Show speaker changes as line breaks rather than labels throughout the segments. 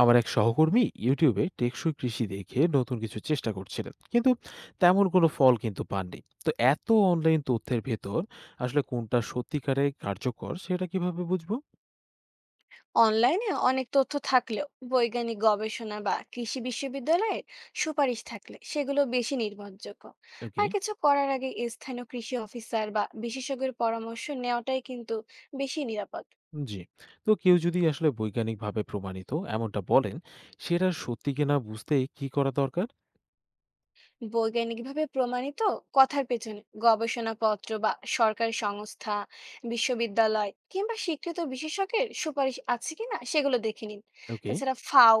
আমার এক সহকর্মী ইউটিউবে টেকসই কৃষি দেখে নতুন কিছু চেষ্টা করছিলেন কিন্তু তেমন কোনো ফল কিন্তু পাননি। তো এত অনলাইন তথ্যের ভেতর আসলে কোনটা সত্যিকারে কার্যকর সেটা কিভাবে বুঝবো?
অনলাইনে অনেক তথ্য থাকলেও বৈজ্ঞানিক গবেষণা বা কৃষি বিশ্ববিদ্যালয়ের সুপারিশ থাকলে সেগুলো বেশি নির্ভরযোগ্য।
ওকে।
আর কিছু করার আগে স্থানীয় কৃষি অফিসার বা বিশেষজ্ঞের পরামর্শ নেওয়াটাই কিন্তু বেশি নিরাপদ।
জি। তো কেউ যদি আসলে বৈজ্ঞানিকভাবে প্রমাণিত এমনটা বলেন সেটা সত্যি কিনা বুঝতে কি করা দরকার?
বৈজ্ঞানিকভাবে প্রমাণিত কথার পেছনে গবেষণাপত্র বা সরকারি সংস্থা, বিশ্ববিদ্যালয় কিংবা স্বীকৃত বিশেষজ্ঞের সুপারিশ আছে কিনা সেগুলো দেখে নিন।
ওকে।
তাছাড়া ফাও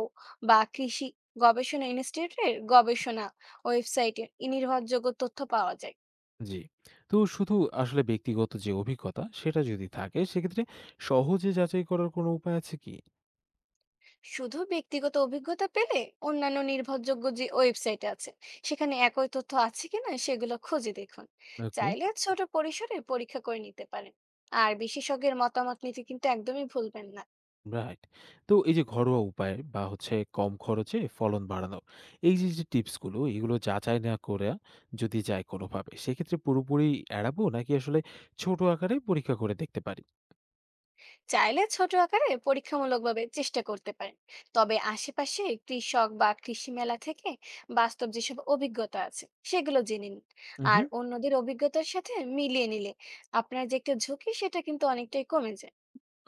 বা কৃষি গবেষণা ইনস্টিটিউটের গবেষণা ওয়েবসাইটে এই নির্ভরযোগ্য তথ্য পাওয়া যায়।
জি। তো শুধু আসলে ব্যক্তিগত যে অভিজ্ঞতা সেটা যদি থাকে সেক্ষেত্রে সহজে যাচাই করার কোনো উপায় আছে কি?
শুধু ব্যক্তিগত অভিজ্ঞতা পেলে অন্যান্য নির্ভরযোগ্য যে ওয়েবসাইট আছে সেখানে একই তথ্য আছে কিনা সেগুলো খুঁজে দেখুন।
ওকে।
চাইলে ছোট পরিসরে পরীক্ষা করে নিতে পারেন, আর বিশেষজ্ঞের মতামত নিতে কিন্তু একদমই ভুলবেন না।
রাইট। তো এই যে ঘরোয়া উপায় বা হচ্ছে কম খরচে ফলন বাড়ানো, এই যে, যে টিপস গুলো এগুলো যাচাই না করে যদি যায় কোনোভাবে সেক্ষেত্রে পুরোপুরি এড়াবো নাকি আসলে ছোট আকারে পরীক্ষা করে দেখতে পারি?
চাইলে ছোট আকারে পরীক্ষামূলকভাবে চেষ্টা করতে পারেন, তবে আশেপাশে কৃষক বা কৃষি মেলা থেকে বাস্তব যেসব অভিজ্ঞতা আছে সেগুলো জেনে নিন।
উহু।
আর অন্যদের অভিজ্ঞতার সাথে মিলিয়ে নিলে আপনার যে একটা ঝুঁকি সেটা কিন্তু অনেকটাই কমে যায়।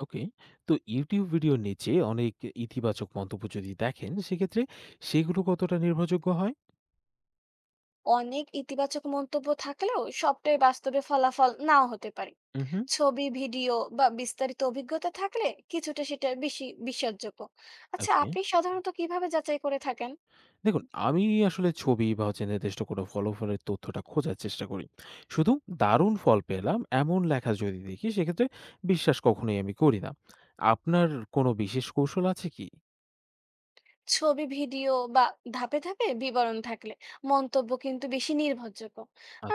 ওকে। তো YouTube ভিডিওর নিচে অনেক ইতিবাচক মন্তব্য যদি দেখেন সেক্ষেত্রে সেগুলো কতটা নির্ভরযোগ্য হয়?
অনেক ইতিবাচক মন্তব্য থাকলেও সবটাই বাস্তবে ফলাফল নাও হতে পারে।
উহু।
ছবি, ভিডিও বা বিস্তারিত অভিজ্ঞতা থাকলে কিছুটা সেটা বেশি বিশ্বাসযোগ্য। আচ্ছা,
ওকে।
আপনি সাধারণত কিভাবে যাচাই করে থাকেন?
দেখুন, আমি আসলে ছবি বা হচ্ছে নির্দিষ্ট কোনো ফলাফলের তথ্যটা খোঁজার চেষ্টা করি। শুধু দারুণ ফল পেলাম এমন লেখা যদি দেখি সেক্ষেত্রে বিশ্বাস কখনোই আমি করি না। আপনার কোনো বিশেষ কৌশল আছে কি?
ছবি, ভিডিও বা ধাপে ধাপে বিবরণ থাকলে মন্তব্য কিন্তু বেশি নির্ভরযোগ্য।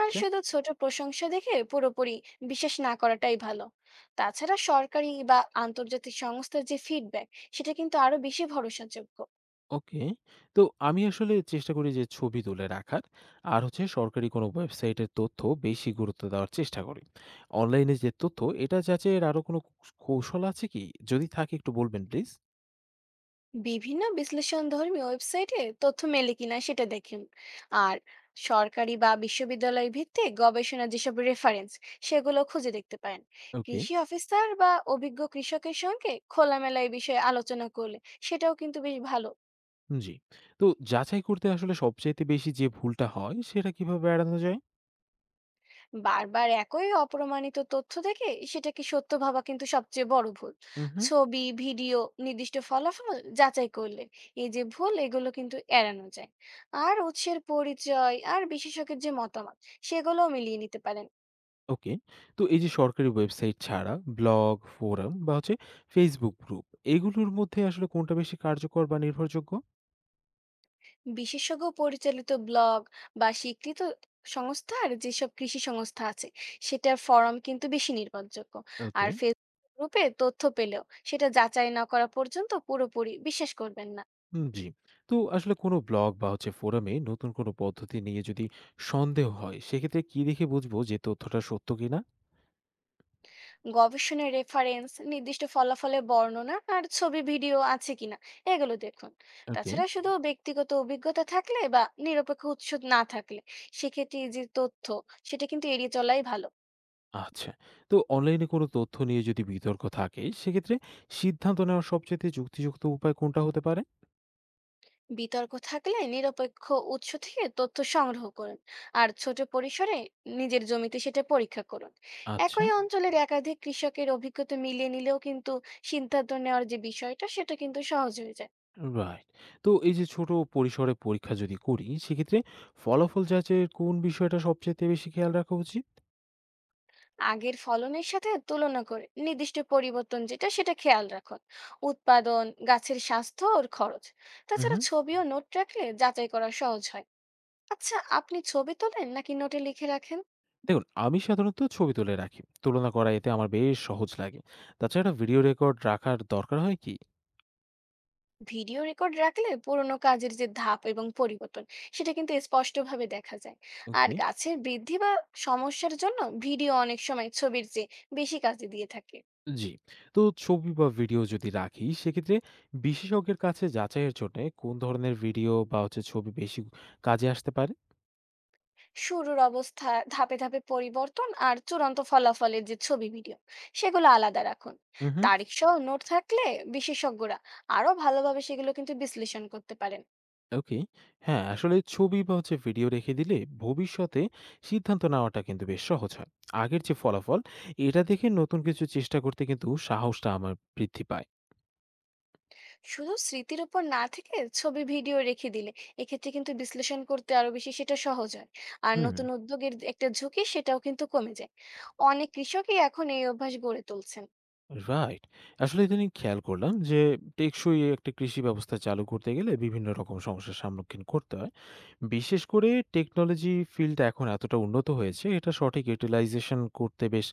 আর শুধু ছোট প্রশংসা দেখে পুরোপুরি বিশ্বাস না করাটাই ভালো। তাছাড়া সরকারি বা আন্তর্জাতিক সংস্থার যে ফিডব্যাক সেটা কিন্তু আরো বেশি ভরসাযোগ্য।
ওকে। তো আমি আসলে চেষ্টা করি যে ছবি তুলে রাখার আর হচ্ছে সরকারি কোনো ওয়েবসাইটের তথ্য বেশি গুরুত্ব দেওয়ার চেষ্টা করি। অনলাইনে যে তথ্য এটা যাচাইয়ের আরো কোনো কৌশল আছে কি? যদি থাকে একটু বলবেন প্লিজ।
বিভিন্ন বিশ্লেষণধর্মী ওয়েবসাইটে তথ্য মেলে কিনা সেটা দেখুন। আর সরকারি বা বিশ্ববিদ্যালয়ের ভিত্তিক গবেষণা যেসব রেফারেন্স সেগুলো খুঁজে দেখতে পারেন।
ওকে।
কৃষি অফিসার বা অভিজ্ঞ কৃষকের সঙ্গে খোলামেলা এই বিষয়ে আলোচনা করলে সেটাও কিন্তু বেশ ভালো।
জি। তো যাচাই করতে আসলে সবচাইতে বেশি যে ভুলটা হয় সেটা কিভাবে এড়ানো যায়?
বারবার একই অপ্রমাণিত তথ্য দেখে সেটাকে সত্য ভাবা কিন্তু সবচেয়ে বড় ভুল।
উহু।
ছবি, ভিডিও, নির্দিষ্ট ফলাফল যাচাই করলে এই যে ভুল, এগুলো কিন্তু এড়ানো যায়। আর উৎসের পরিচয় আর বিশেষজ্ঞের যে মতামত সেগুলোও মিলিয়ে নিতে পারেন।
ওকে। তো এই যে সরকারি ওয়েবসাইট ছাড়া ব্লগ, ফোরাম বা হচ্ছে Facebook গ্রুপ এগুলোর মধ্যে আসলে কোনটা বেশি কার্যকর বা নির্ভরযোগ্য?
বিশেষজ্ঞ পরিচালিত ব্লগ বা স্বীকৃত সংস্থার যেসব কৃষি সংস্থা আছে সেটার ফরম কিন্তু বেশি নির্ভরযোগ্য।
ওকে।
আর ফেসবুক গ্রুপে তথ্য পেলেও সেটা যাচাই না করা পর্যন্ত পুরোপুরি বিশ্বাস করবেন না।
জি। তো আসলে কোনো ব্লগ বা হচ্ছে ফোরামে নতুন কোনো পদ্ধতি নিয়ে যদি সন্দেহ হয় সেক্ষেত্রে কি দেখে বুঝবো যে তথ্যটা সত্য কিনা?
গবেষণার রেফারেন্স, নির্দিষ্ট ফলাফলের বর্ণনা আর ছবি ভিডিও আছে কিনা, এগুলো দেখুন।
ওকে।
তাছাড়া শুধু ব্যক্তিগত অভিজ্ঞতা থাকলে বা নিরপেক্ষ উৎস না থাকলে সেক্ষেত্রে এই যে তথ্য, সেটা কিন্তু এড়িয়ে চলাই ভালো।
আচ্ছা। তো অনলাইনে কোনো তথ্য নিয়ে যদি বিতর্ক থাকে সেক্ষেত্রে সিদ্ধান্ত নেওয়ার সবচাইতে যুক্তিযুক্ত উপায় কোনটা হতে পারে?
বিতর্ক থাকলে নিরপেক্ষ উৎস থেকে তথ্য সংগ্রহ করুন, আর ছোট পরিসরে নিজের জমিতে সেটা পরীক্ষা করুন।
আচ্ছা,
একই অঞ্চলের একাধিক কৃষকের অভিজ্ঞতা মিলিয়ে নিলেও কিন্তু সিদ্ধান্ত নেওয়ার যে বিষয়টা সেটা কিন্তু সহজ হয়ে যায়।
রাইট। তো এই যে ছোট পরিসরে পরীক্ষা যদি করি, সেক্ষেত্রে ফলাফল যাচাইয়ের কোন বিষয়টা সবচাইতে বেশি খেয়াল রাখা উচিত?
আগের ফলনের সাথে তুলনা করে নির্দিষ্ট পরিবর্তন যেটা সেটা খেয়াল রাখুন, উৎপাদন, গাছের স্বাস্থ্য আর খরচ।
হুম।
তাছাড়া ছবি ও নোট রাখলে যাচাই করা সহজ হয়। আচ্ছা, আপনি ছবি তোলেন নাকি নোটে লিখে রাখেন?
দেখুন, আমি সাধারণত ছবি তুলে রাখি। তুলনা করা এতে আমার বেশ সহজ লাগে। তাছাড়া ভিডিও রেকর্ড রাখার দরকার হয় কি?
ভিডিও রেকর্ড রাখলে পুরোনো কাজের যে ধাপ এবং পরিবর্তন সেটা কিন্তু স্পষ্টভাবে দেখা যায়। আর
ওকে।
গাছের বৃদ্ধি বা সমস্যার জন্য ভিডিও অনেক সময় ছবির চেয়ে বেশি কাজে দিয়ে থাকে।
জি। তো ছবি বা ভিডিও যদি রাখি, সেক্ষেত্রে বিশেষজ্ঞের কাছে যাচাইয়ের জন্যে কোন ধরনের ভিডিও বা হচ্ছে ছবি বেশি কাজে আসতে পারে?
শুরুর অবস্থা, ধাপে ধাপে পরিবর্তন আর চূড়ান্ত ফলাফলের যে ছবি ভিডিও সেগুলো আলাদা রাখুন।
হুম।
তারিখ সহ নোট থাকলে বিশেষজ্ঞরা আরো ভালোভাবে সেগুলো কিন্তু বিশ্লেষণ করতে পারেন।
ওকে। হ্যাঁ, আসলে ছবি বা হচ্ছে ভিডিও রেখে দিলে ভবিষ্যতে সিদ্ধান্ত নেওয়াটা কিন্তু বেশ সহজ হয়। আগের যে ফলাফল, এটা দেখে নতুন কিছু চেষ্টা করতে কিন্তু সাহসটা আমার বৃদ্ধি পায়।
শুধু স্মৃতির উপর না থেকে ছবি ভিডিও রেখে দিলে এক্ষেত্রে কিন্তু বিশ্লেষণ করতে আরো বেশি সেটা সহজ হয়। আর
হুম।
নতুন উদ্যোগের যে একটা ঝুঁকি সেটাও কিন্তু কমে যায়। অনেক কৃষকই এখন এই অভ্যাস গড়ে তুলছেন।
রাইট। আসলে ইদানিং খেয়াল করলাম যে টেকসই একটা কৃষি ব্যবস্থা চালু করতে গেলে বিভিন্ন রকম সমস্যার সম্মুখীন করতে হয়। বিশেষ করে টেকনোলজি ফিল্ডটা এখন এতটা উন্নত হয়েছে, এটা সঠিক ইউটিলাইজেশন করতে বেশ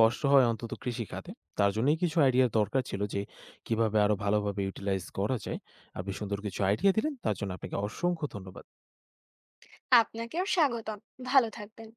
কষ্ট হয় অন্তত কৃষিখাতে। তার জন্যই কিছু আইডিয়ার দরকার ছিল যে কিভাবে আরো ভালোভাবে ইউটিলাইজ করা যায়। আপনি সুন্দর কিছু আইডিয়া দিলেন। তার জন্য আপনাকে অসংখ্য ধন্যবাদ।
আপনাকেও স্বাগতম। ভালো থাকবেন।